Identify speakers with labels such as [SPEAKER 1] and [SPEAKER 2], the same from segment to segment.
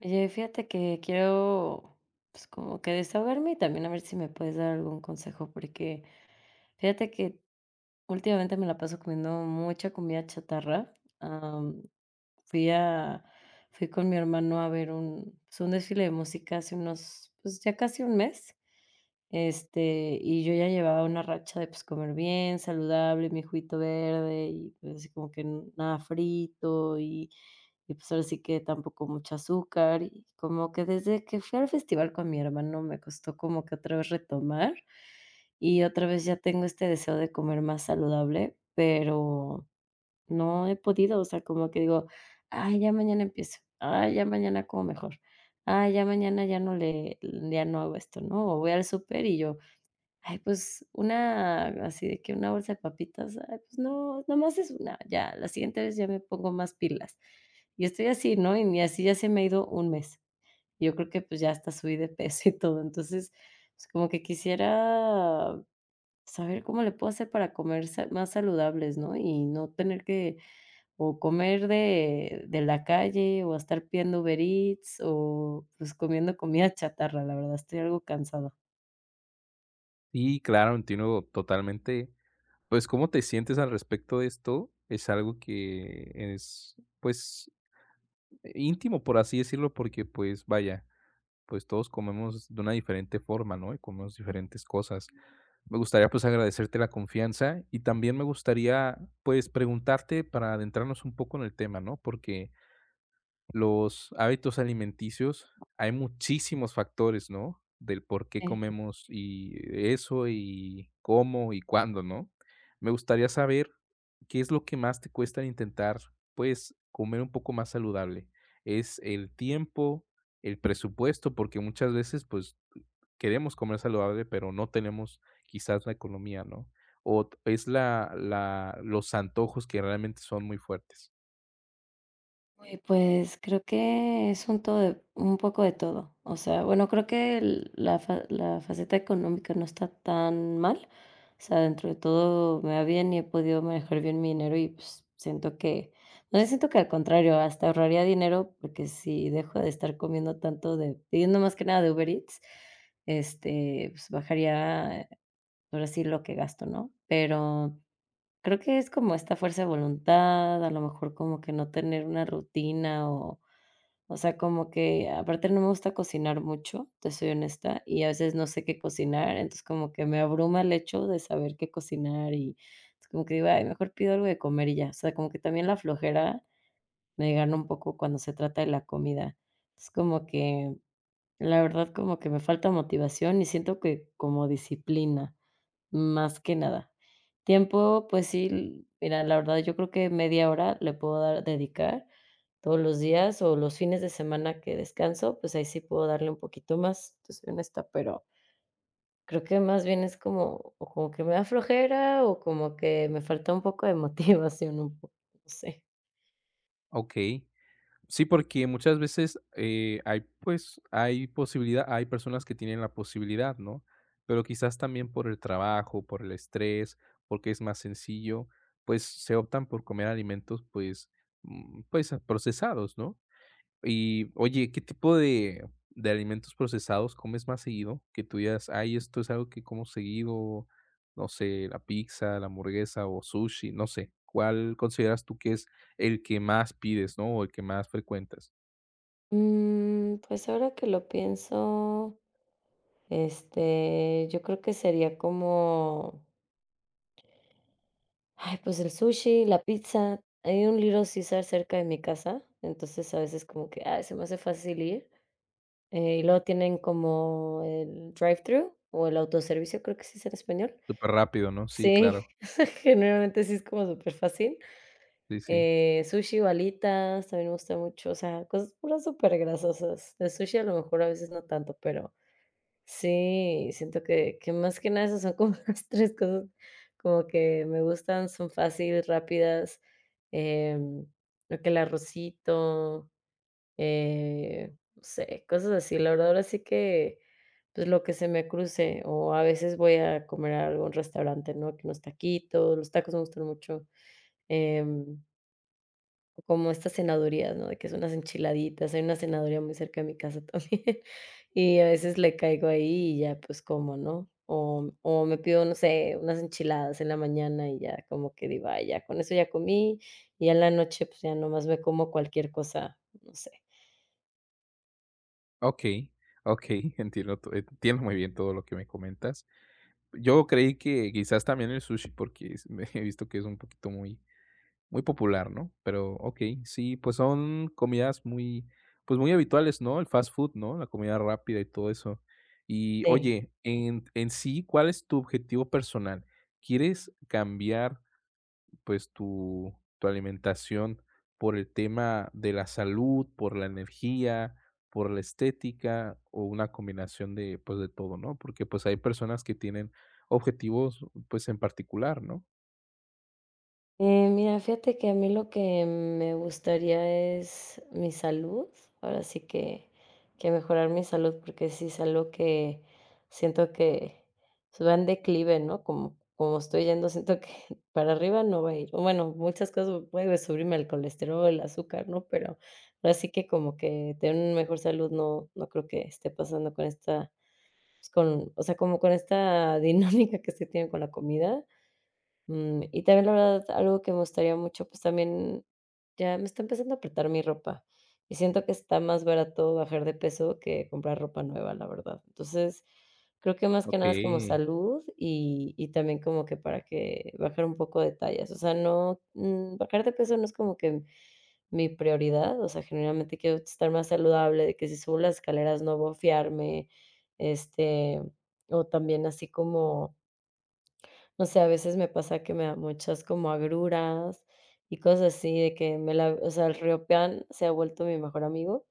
[SPEAKER 1] Oye, fíjate que quiero, pues, como que desahogarme y también a ver si me puedes dar algún consejo, porque fíjate que últimamente me la paso comiendo mucha comida chatarra. Am, fui a, fui con mi hermano a ver un, pues, un desfile de música hace unos, pues ya casi un mes. Este, y yo ya llevaba una racha de, pues, comer bien, saludable, mi juguito verde y, pues, así como que nada frito y, pues, ahora sí que tampoco mucho azúcar, y como que desde que fui al festival con mi hermano me costó como que otra vez retomar, y otra vez ya tengo este deseo de comer más saludable, pero no he podido, o sea, como que digo: "Ay, ya mañana empiezo, ay, ya mañana como mejor, ay, ya mañana ya no le ya no hago esto", ¿no? O voy al súper y yo Ay, pues una así de que una bolsa de papitas, ay, pues no, nomás es una, ya, la siguiente vez ya me pongo más pilas. Y estoy así, ¿no? Y ni así ya se me ha ido un mes. Yo creo que pues ya hasta subí de peso y todo. Entonces, pues como que quisiera saber cómo le puedo hacer para comer más saludables, ¿no? Y no tener que o comer de la calle o estar pidiendo Uber Eats o pues comiendo comida chatarra. La verdad, estoy algo cansada.
[SPEAKER 2] Sí, claro, entiendo totalmente. Pues, ¿cómo te sientes al respecto de esto? Es algo que es, pues, íntimo, por así decirlo, porque, pues, vaya, pues todos comemos de una diferente forma, ¿no? Y comemos diferentes cosas. Me gustaría, pues, agradecerte la confianza y también me gustaría, pues, preguntarte para adentrarnos un poco en el tema, ¿no? Porque los hábitos alimenticios, hay muchísimos factores, ¿no? Del por qué comemos y eso, y cómo y cuándo, ¿no? Me gustaría saber qué es lo que más te cuesta intentar, pues, comer un poco más saludable. ¿Es el tiempo, el presupuesto? Porque muchas veces, pues, queremos comer saludable, pero no tenemos quizás la economía, ¿no? O es la los antojos que realmente son muy fuertes.
[SPEAKER 1] Uy, pues creo que es un poco de todo. O sea, bueno, creo que la faceta económica no está tan mal. O sea, dentro de todo me va bien y he podido manejar bien mi dinero y pues, siento que, no sé, siento que al contrario, hasta ahorraría dinero porque si dejo de estar comiendo tanto pidiendo más que nada de Uber Eats, este, pues bajaría ahora sí lo que gasto, ¿no? Pero creo que es como esta fuerza de voluntad, a lo mejor como que no tener una rutina o sea, como que aparte no me gusta cocinar mucho, te soy honesta, y a veces no sé qué cocinar, entonces como que me abruma el hecho de saber qué cocinar y es como que digo: "Ay, mejor pido algo de comer y ya". O sea, como que también la flojera me gana un poco cuando se trata de la comida. Es como que, la verdad, como que me falta motivación y siento que como disciplina. Más que nada. Tiempo, pues sí, mira, la verdad yo creo que media hora le puedo dar dedicar todos los días o los fines de semana que descanso, pues ahí sí puedo darle un poquito más, te soy honesta, pero creo que más bien es como o como que me da flojera o como que me falta un poco de motivación, un poco, no sé.
[SPEAKER 2] Okey. Sí, porque muchas veces hay, pues, hay posibilidad, hay personas que tienen la posibilidad, ¿no? Pero quizás también por el trabajo, por el estrés, porque es más sencillo, pues se optan por comer alimentos, pues, pues procesados, ¿no? Y oye, ¿qué tipo de alimentos procesados comes más seguido? Que tú digas, ay, esto es algo que como seguido, no sé, la pizza, la hamburguesa o sushi, no sé. ¿Cuál consideras tú que es el que más pides, no? O el que más frecuentas.
[SPEAKER 1] Pues ahora que lo pienso, yo creo que sería como Ay, pues el sushi, la pizza. Hay un Little Caesar cerca de mi casa, entonces a veces como que, ah, se me hace fácil ir. Y luego tienen como el drive-thru o el autoservicio, creo que sí es en español.
[SPEAKER 2] Súper rápido, ¿no? Sí,
[SPEAKER 1] Sí,
[SPEAKER 2] claro.
[SPEAKER 1] generalmente sí es como superfácil.
[SPEAKER 2] Sí, sí.
[SPEAKER 1] Sushi, balitas también me gusta mucho, o sea, cosas puras súper grasosas. De sushi a lo mejor a veces no tanto, pero sí, siento que más que nada esas son como las 3 cosas como que me gustan, son fáciles, rápidas, em, lo que el arrocito, no sé, cosas así. La verdad, ahora sí que, pues, lo que se me cruce, o a veces voy a comer a algún restaurante, ¿no? Que unos taquitos, los tacos me gustan mucho, em o como estas cenadurías, ¿no? De que son unas enchiladitas, hay una cenaduría muy cerca de mi casa también, y a veces le caigo ahí y ya, pues, como, ¿no? O me pido, no sé, unas enchiladas en la mañana y ya como que digo: "Ay, ya con eso ya comí", y ya en la noche, pues, ya nomás me como cualquier cosa, no sé.
[SPEAKER 2] Ok, ok, entiendo, entiendo muy bien todo lo que me comentas. Yo creí que quizás también el sushi, porque he visto que es un poquito muy muy popular, ¿no? Pero, okey, sí, pues son comidas muy, pues, muy habituales, ¿no? El fast food, ¿no? La comida rápida y todo eso. Y,
[SPEAKER 1] Sí.
[SPEAKER 2] oye, en sí, ¿cuál es tu objetivo personal? ¿Quieres cambiar, pues, tu alimentación por el tema de la salud, por la energía, por la estética o una combinación de, pues, de todo, no? Porque, pues, hay personas que tienen objetivos, pues, en particular, ¿no?
[SPEAKER 1] Mira, fíjate que a mí lo que me gustaría es mi salud. Ahora sí que mejorar mi salud, porque sí es algo que siento que va en declive, ¿no? Como, como estoy yendo, siento que para arriba no va a ir. O bueno, muchas cosas puede subirme el colesterol, el azúcar, ¿no? Pero ahora sí que como que tener una mejor salud no, no creo que esté pasando con esta, pues, con, o sea, como con esta dinámica que se tiene con la comida. Y también, la verdad, algo que me gustaría mucho, pues, también ya me está empezando a apretar mi ropa, y siento que está más barato bajar de peso que comprar ropa nueva, la verdad. Entonces, creo que más que nada es como
[SPEAKER 2] Okey,
[SPEAKER 1] salud y también como que para que bajar un poco de tallas. O sea, no, bajar de peso no es como que mi prioridad, o sea, generalmente quiero estar más saludable, de que si subo las escaleras no bofiarme, este, o también así como no sé, a veces me pasa que me da muchas como agruras y cosas así de que me la o sea, el riopean se ha vuelto mi mejor amigo.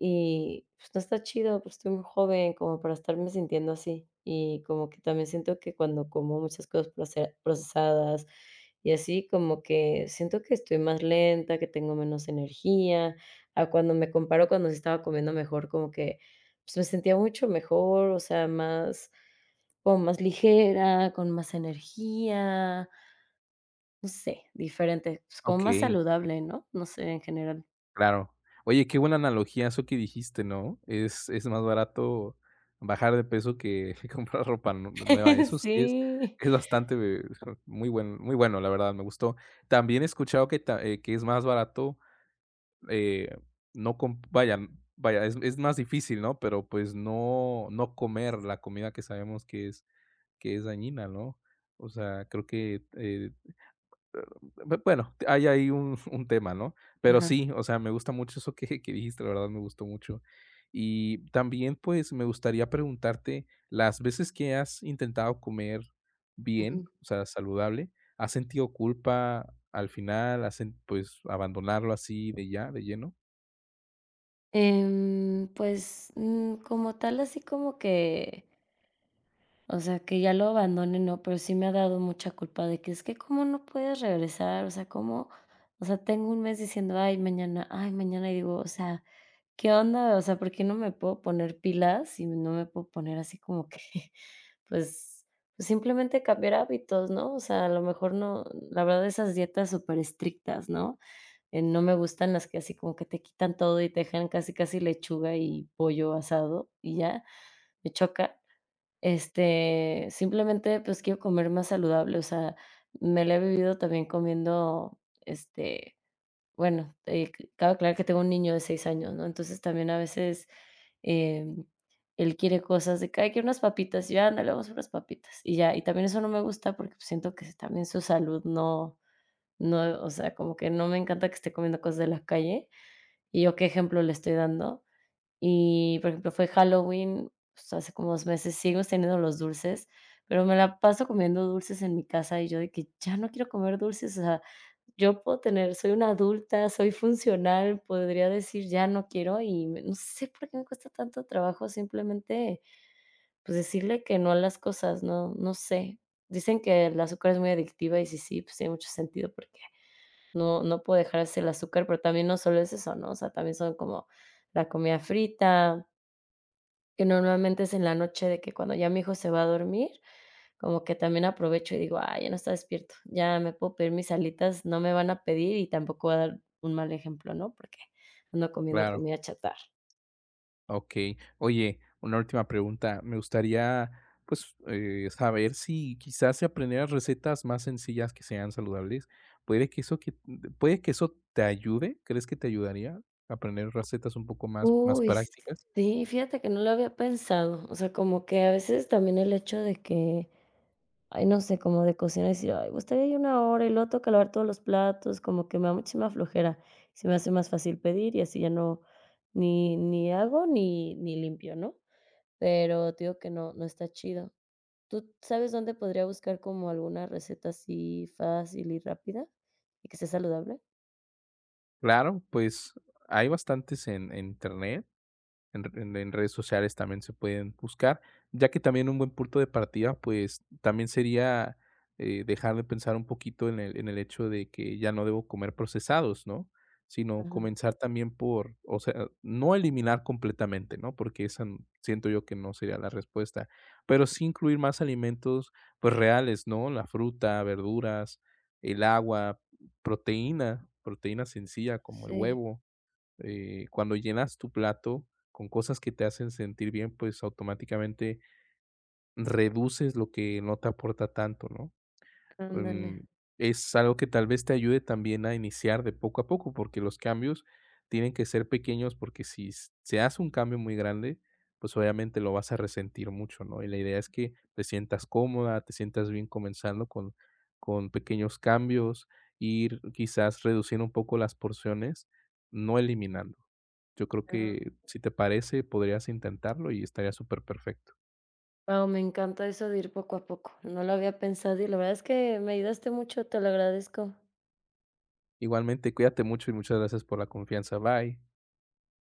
[SPEAKER 1] Y, pues, no está chido, pues, estoy muy joven como para estarme sintiendo así. Y como que también siento que cuando como muchas cosas procesadas y así, como que siento que estoy más lenta, que tengo menos energía, a cuando me comparo cuando sí estaba comiendo mejor, como que, pues, me sentía mucho mejor, o sea, más como más ligera, con más energía, no sé, diferente, pues, como más
[SPEAKER 2] okey.
[SPEAKER 1] saludable, ¿no? No sé, en general.
[SPEAKER 2] Claro. Oye, qué buena analogía eso que dijiste, ¿no? Es más barato bajar de peso que comprar ropa nu nueva. Eso sí
[SPEAKER 1] Sí.
[SPEAKER 2] es bastante muy bueno, la verdad, me gustó. También he escuchado que ta que es más barato, eh, no com vaya, es más difícil, ¿no? Pero, pues, no comer la comida que sabemos que es dañina, ¿no? O sea, creo que, bueno, hay ahí un un tema, ¿no? Pero
[SPEAKER 1] Ajá.
[SPEAKER 2] sí, o sea, me gusta mucho eso que dijiste, la verdad me gustó mucho. Y también, pues, me gustaría preguntarte, las veces que has intentado comer bien, o sea, saludable, ¿has sentido culpa al final? ¿Has sen pues, abandonarlo así de ya, de lleno?
[SPEAKER 1] Pues, como tal, así como que, o sea, que ya lo abandone, no, pero sí me ha dado mucha culpa de que es que cómo no puedes regresar, o sea, cómo, o sea, tengo un mes diciendo, ay, mañana, y digo, o sea, ¿qué onda? O sea, ¿por qué no me puedo poner pilas y no me puedo poner así como que, pues, pues simplemente cambiar hábitos, ¿no? O sea, a lo mejor no, la verdad, esas dietas súper estrictas, ¿no? No me gustan las que así como que te quitan todo y te dejan casi, casi lechuga y pollo asado y ya, me choca. Este, simplemente, pues, quiero comer más saludable, o sea, me la he vivido también comiendo, este, bueno, c cabe aclarar que tengo un niño de 6 años, ¿no? Entonces, también a veces, em, él quiere cosas de que: "Ay, quiero unas papitas", y yo: "Ándale, vamos por unas papitas", y ya. Y también eso no me gusta porque, pues, siento que también su salud no, o sea, como que no me encanta que esté comiendo cosas de la calle y yo qué ejemplo le estoy dando. Y, por ejemplo, fue Halloween, pues, hace como 2 meses, sigo teniendo los dulces, pero me la paso comiendo dulces en mi casa, y yo de que ya no quiero comer dulces, o sea, yo puedo tener soy una adulta, soy funcional, podría decir: "Ya no quiero", y me- no sé por qué me cuesta tanto trabajo simplemente, pues, decirle que no a las cosas, no no sé. Dicen que el azúcar es muy adictiva, y sí, sí, pues, tiene mucho sentido porque no puedo dejarse el azúcar, pero también no solo es eso, ¿no? O sea, también son como la comida frita, que normalmente es en la noche de que cuando ya mi hijo se va a dormir, como que también aprovecho y digo: "Ay, ya no está despierto, ya me puedo pedir mis alitas, no me van a pedir y tampoco voy a dar un mal ejemplo", ¿no? Porque ando comiendo
[SPEAKER 2] Claro.
[SPEAKER 1] comida chatarra.
[SPEAKER 2] Okey. Oye, una última pregunta. Me gustaría, pues, saber si quizás si aprendieras recetas más sencillas que sean saludables, ¿puede que eso que ¿puede que eso te ayude? ¿Crees que te ayudaría a aprender recetas un poco más
[SPEAKER 1] Uy,
[SPEAKER 2] prácticas?
[SPEAKER 1] sí, fíjate que no lo había pensado, o sea, como que a veces también el hecho de que Ay, no sé, como de cocinar, y decir: "Ay, gustaría ir una hora", y luego toca lavar todos los platos, como que me da muchísima flojera. Se me hace más fácil pedir y así ya no ni hago ni limpio, ¿no? Pero te digo que no, no está chido. ¿Tú sabes dónde podría buscar como alguna receta así fácil y rápida y que sea saludable?
[SPEAKER 2] Claro, pues, hay bastantes en Internet, en redes sociales también se pueden buscar, ya que también un buen punto de partida, pues también sería dejar de pensar un poquito en en el hecho de que ya no debo comer procesados, ¿no? Sino
[SPEAKER 1] Ajá.
[SPEAKER 2] comenzar también por, o sea, no eliminar completamente, ¿no? Porque esa siento yo que no sería la respuesta, pero sí incluir más alimentos, pues reales, ¿no? La fruta, verduras, el agua, proteína, proteína sencilla como el
[SPEAKER 1] Sí,
[SPEAKER 2] huevo. Cuando llenas tu plato con cosas que te hacen sentir bien, pues automáticamente reduces lo que no te aporta tanto, ¿no?
[SPEAKER 1] ándale.
[SPEAKER 2] Mm, es algo que tal vez te ayude también a iniciar de poco a poco, porque los cambios tienen que ser pequeños, porque si se hace un cambio muy grande, pues obviamente lo vas a resentir mucho, ¿no? Y la idea es que te sientas cómoda, te sientas bien comenzando con pequeños cambios, ir quizás reduciendo un poco las porciones, no eliminando. Yo creo
[SPEAKER 1] Ah,
[SPEAKER 2] que, si te parece, podrías intentarlo y estaría súper perfecto.
[SPEAKER 1] wao, me encanta eso de ir poco a poco. No lo había pensado y la verdad es que me ayudaste mucho, te lo agradezco.
[SPEAKER 2] Igualmente, cuídate mucho y muchas gracias por la confianza. Bye.